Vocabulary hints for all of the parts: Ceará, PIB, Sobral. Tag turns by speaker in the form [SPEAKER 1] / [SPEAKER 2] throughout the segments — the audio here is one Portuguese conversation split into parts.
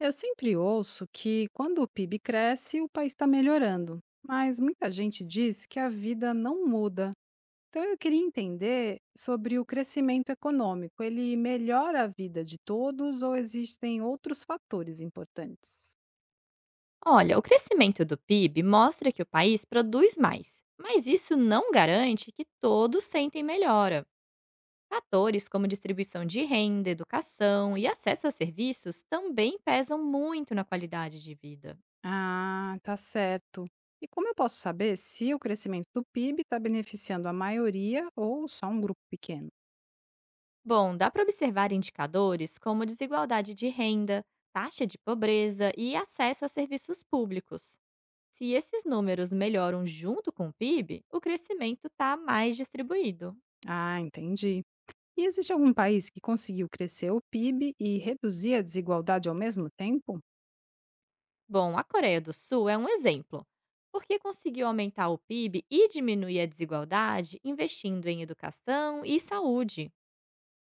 [SPEAKER 1] Eu sempre ouço que quando o PIB cresce, o país está melhorando, mas muita gente diz que a vida não muda. Então eu queria entender sobre o crescimento econômico. Ele melhora a vida de todos ou existem outros fatores importantes?
[SPEAKER 2] Olha, o crescimento do PIB mostra que o país produz mais, mas isso não garante que todos sentem melhora. Fatores como distribuição de renda, educação e acesso a serviços também pesam muito na qualidade de vida.
[SPEAKER 1] Ah, tá certo. E como eu posso saber se o crescimento do PIB está beneficiando a maioria ou só um grupo pequeno?
[SPEAKER 2] Bom, dá para observar indicadores como desigualdade de renda, taxa de pobreza e acesso a serviços públicos. Se esses números melhoram junto com o PIB, o crescimento está mais distribuído.
[SPEAKER 1] Ah, entendi. E existe algum país que conseguiu crescer o PIB e reduzir a desigualdade ao mesmo tempo?
[SPEAKER 2] Bom, a Coreia do Sul é um exemplo, porque conseguiu aumentar o PIB e diminuir a desigualdade investindo em educação e saúde.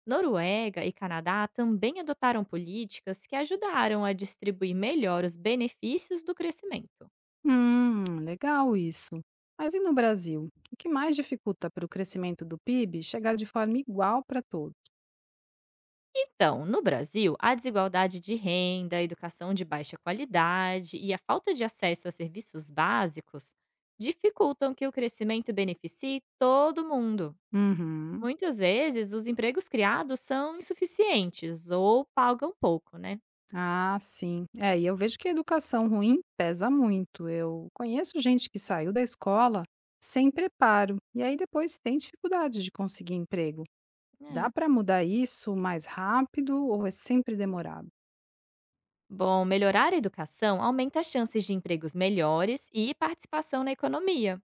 [SPEAKER 2] Noruega e Canadá também adotaram políticas que ajudaram a distribuir melhor os benefícios do crescimento.
[SPEAKER 1] Legal isso. Mas e no Brasil? O que mais dificulta para o crescimento do PIB chegar de forma igual para todos?
[SPEAKER 2] Então, no Brasil, a desigualdade de renda, a educação de baixa qualidade e a falta de acesso a serviços básicos dificultam que o crescimento beneficie todo mundo.
[SPEAKER 1] Uhum.
[SPEAKER 2] Muitas vezes os empregos criados são insuficientes ou pagam pouco, né?
[SPEAKER 1] Ah, sim. É, e eu vejo que a educação ruim pesa muito. Eu conheço gente que saiu da escola sem preparo e aí depois tem dificuldade de conseguir emprego. Dá
[SPEAKER 2] É.
[SPEAKER 1] para mudar isso mais rápido ou é sempre demorado?
[SPEAKER 2] Bom, melhorar a educação aumenta as chances de empregos melhores e participação na economia.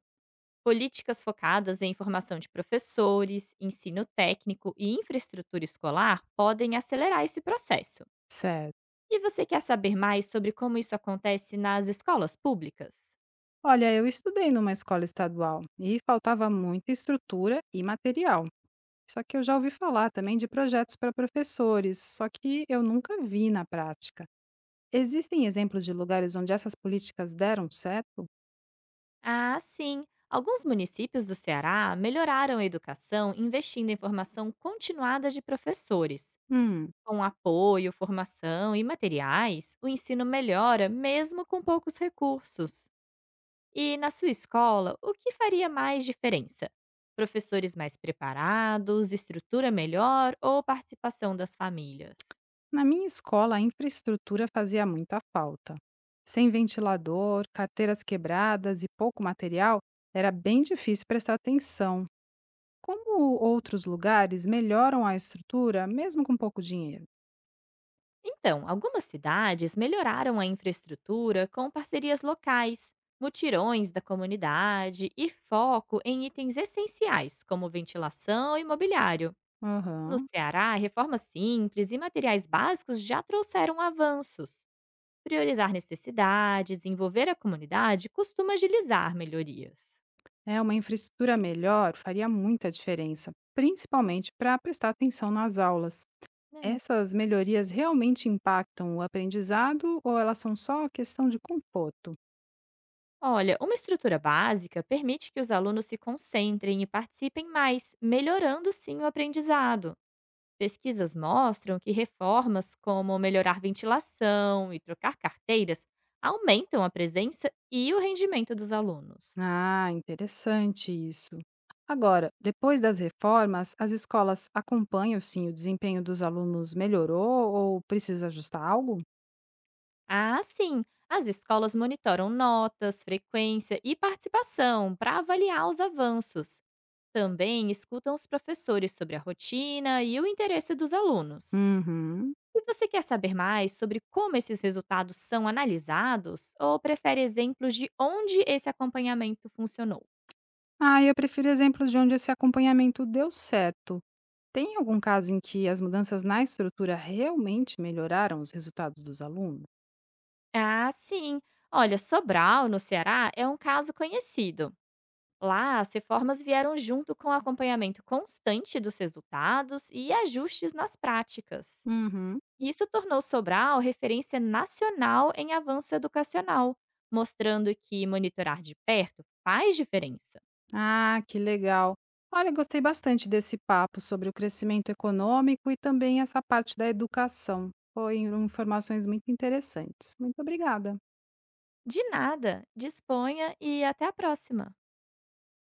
[SPEAKER 2] Políticas focadas em formação de professores, ensino técnico e infraestrutura escolar podem acelerar esse processo.
[SPEAKER 1] Certo.
[SPEAKER 2] E você quer saber mais sobre como isso acontece nas escolas públicas?
[SPEAKER 1] Olha, eu estudei numa escola estadual e faltava muita estrutura e material. Só que eu já ouvi falar também de projetos para professores, só que eu nunca vi na prática. Existem exemplos de lugares onde essas políticas deram certo?
[SPEAKER 2] Ah, sim. Alguns municípios do Ceará melhoraram a educação investindo em formação continuada de professores.
[SPEAKER 1] Hum,
[SPEAKER 2] Com apoio, formação e materiais, o ensino melhora mesmo com poucos recursos. E na sua escola, o que faria mais diferença? Professores mais preparados, estrutura melhor ou participação das famílias?
[SPEAKER 1] na minha escola a infraestrutura fazia muita falta. Sem ventilador, carteiras quebradas e pouco material, era bem difícil prestar atenção. Como outros lugares melhoram a estrutura, mesmo com pouco dinheiro?
[SPEAKER 2] Então, algumas cidades melhoraram a infraestrutura com parcerias locais, mutirões da comunidade e foco em itens essenciais, como ventilação e mobiliário. No
[SPEAKER 1] Aham.
[SPEAKER 2] Ceará, reformas simples e materiais básicos já trouxeram avanços. Priorizar necessidades, envolver a comunidade costuma agilizar melhorias.
[SPEAKER 1] É, uma infraestrutura melhor faria muita diferença, principalmente para prestar atenção nas aulas.
[SPEAKER 2] É.
[SPEAKER 1] Essas melhorias realmente impactam o aprendizado ou elas são só questão de conforto?
[SPEAKER 2] Olha, uma estrutura básica permite que os alunos se concentrem e participem mais, melhorando sim o aprendizado. Pesquisas mostram que reformas como melhorar ventilação e trocar carteiras aumentam a presença e o rendimento dos alunos.
[SPEAKER 1] Ah, interessante isso. Agora, depois das reformas, as escolas acompanham sim o desempenho dos alunos melhorou ou precisa ajustar algo?
[SPEAKER 2] Ah, sim, as escolas monitoram notas, frequência e participação para avaliar os avanços. Também escutam os professores sobre a rotina e o interesse dos alunos.
[SPEAKER 1] Uhum.
[SPEAKER 2] E você quer saber mais sobre como esses resultados são analisados ou prefere exemplos de onde esse acompanhamento funcionou?
[SPEAKER 1] Ah, eu prefiro exemplos de onde esse acompanhamento deu certo. Tem algum caso em que as mudanças na estrutura realmente melhoraram os resultados dos alunos?
[SPEAKER 2] Ah, sim. Olha, Sobral, no Ceará, é um caso conhecido. Lá, as reformas vieram junto com acompanhamento constante dos resultados e ajustes nas práticas.
[SPEAKER 1] Uhum.
[SPEAKER 2] Isso tornou Sobral referência nacional em avanço educacional, mostrando que monitorar de perto faz diferença.
[SPEAKER 1] Ah, que legal. Olha, gostei bastante desse papo sobre o crescimento econômico e também essa parte da educação. Foram informações muito interessantes. Muito obrigada.
[SPEAKER 2] De nada, disponha e até a próxima!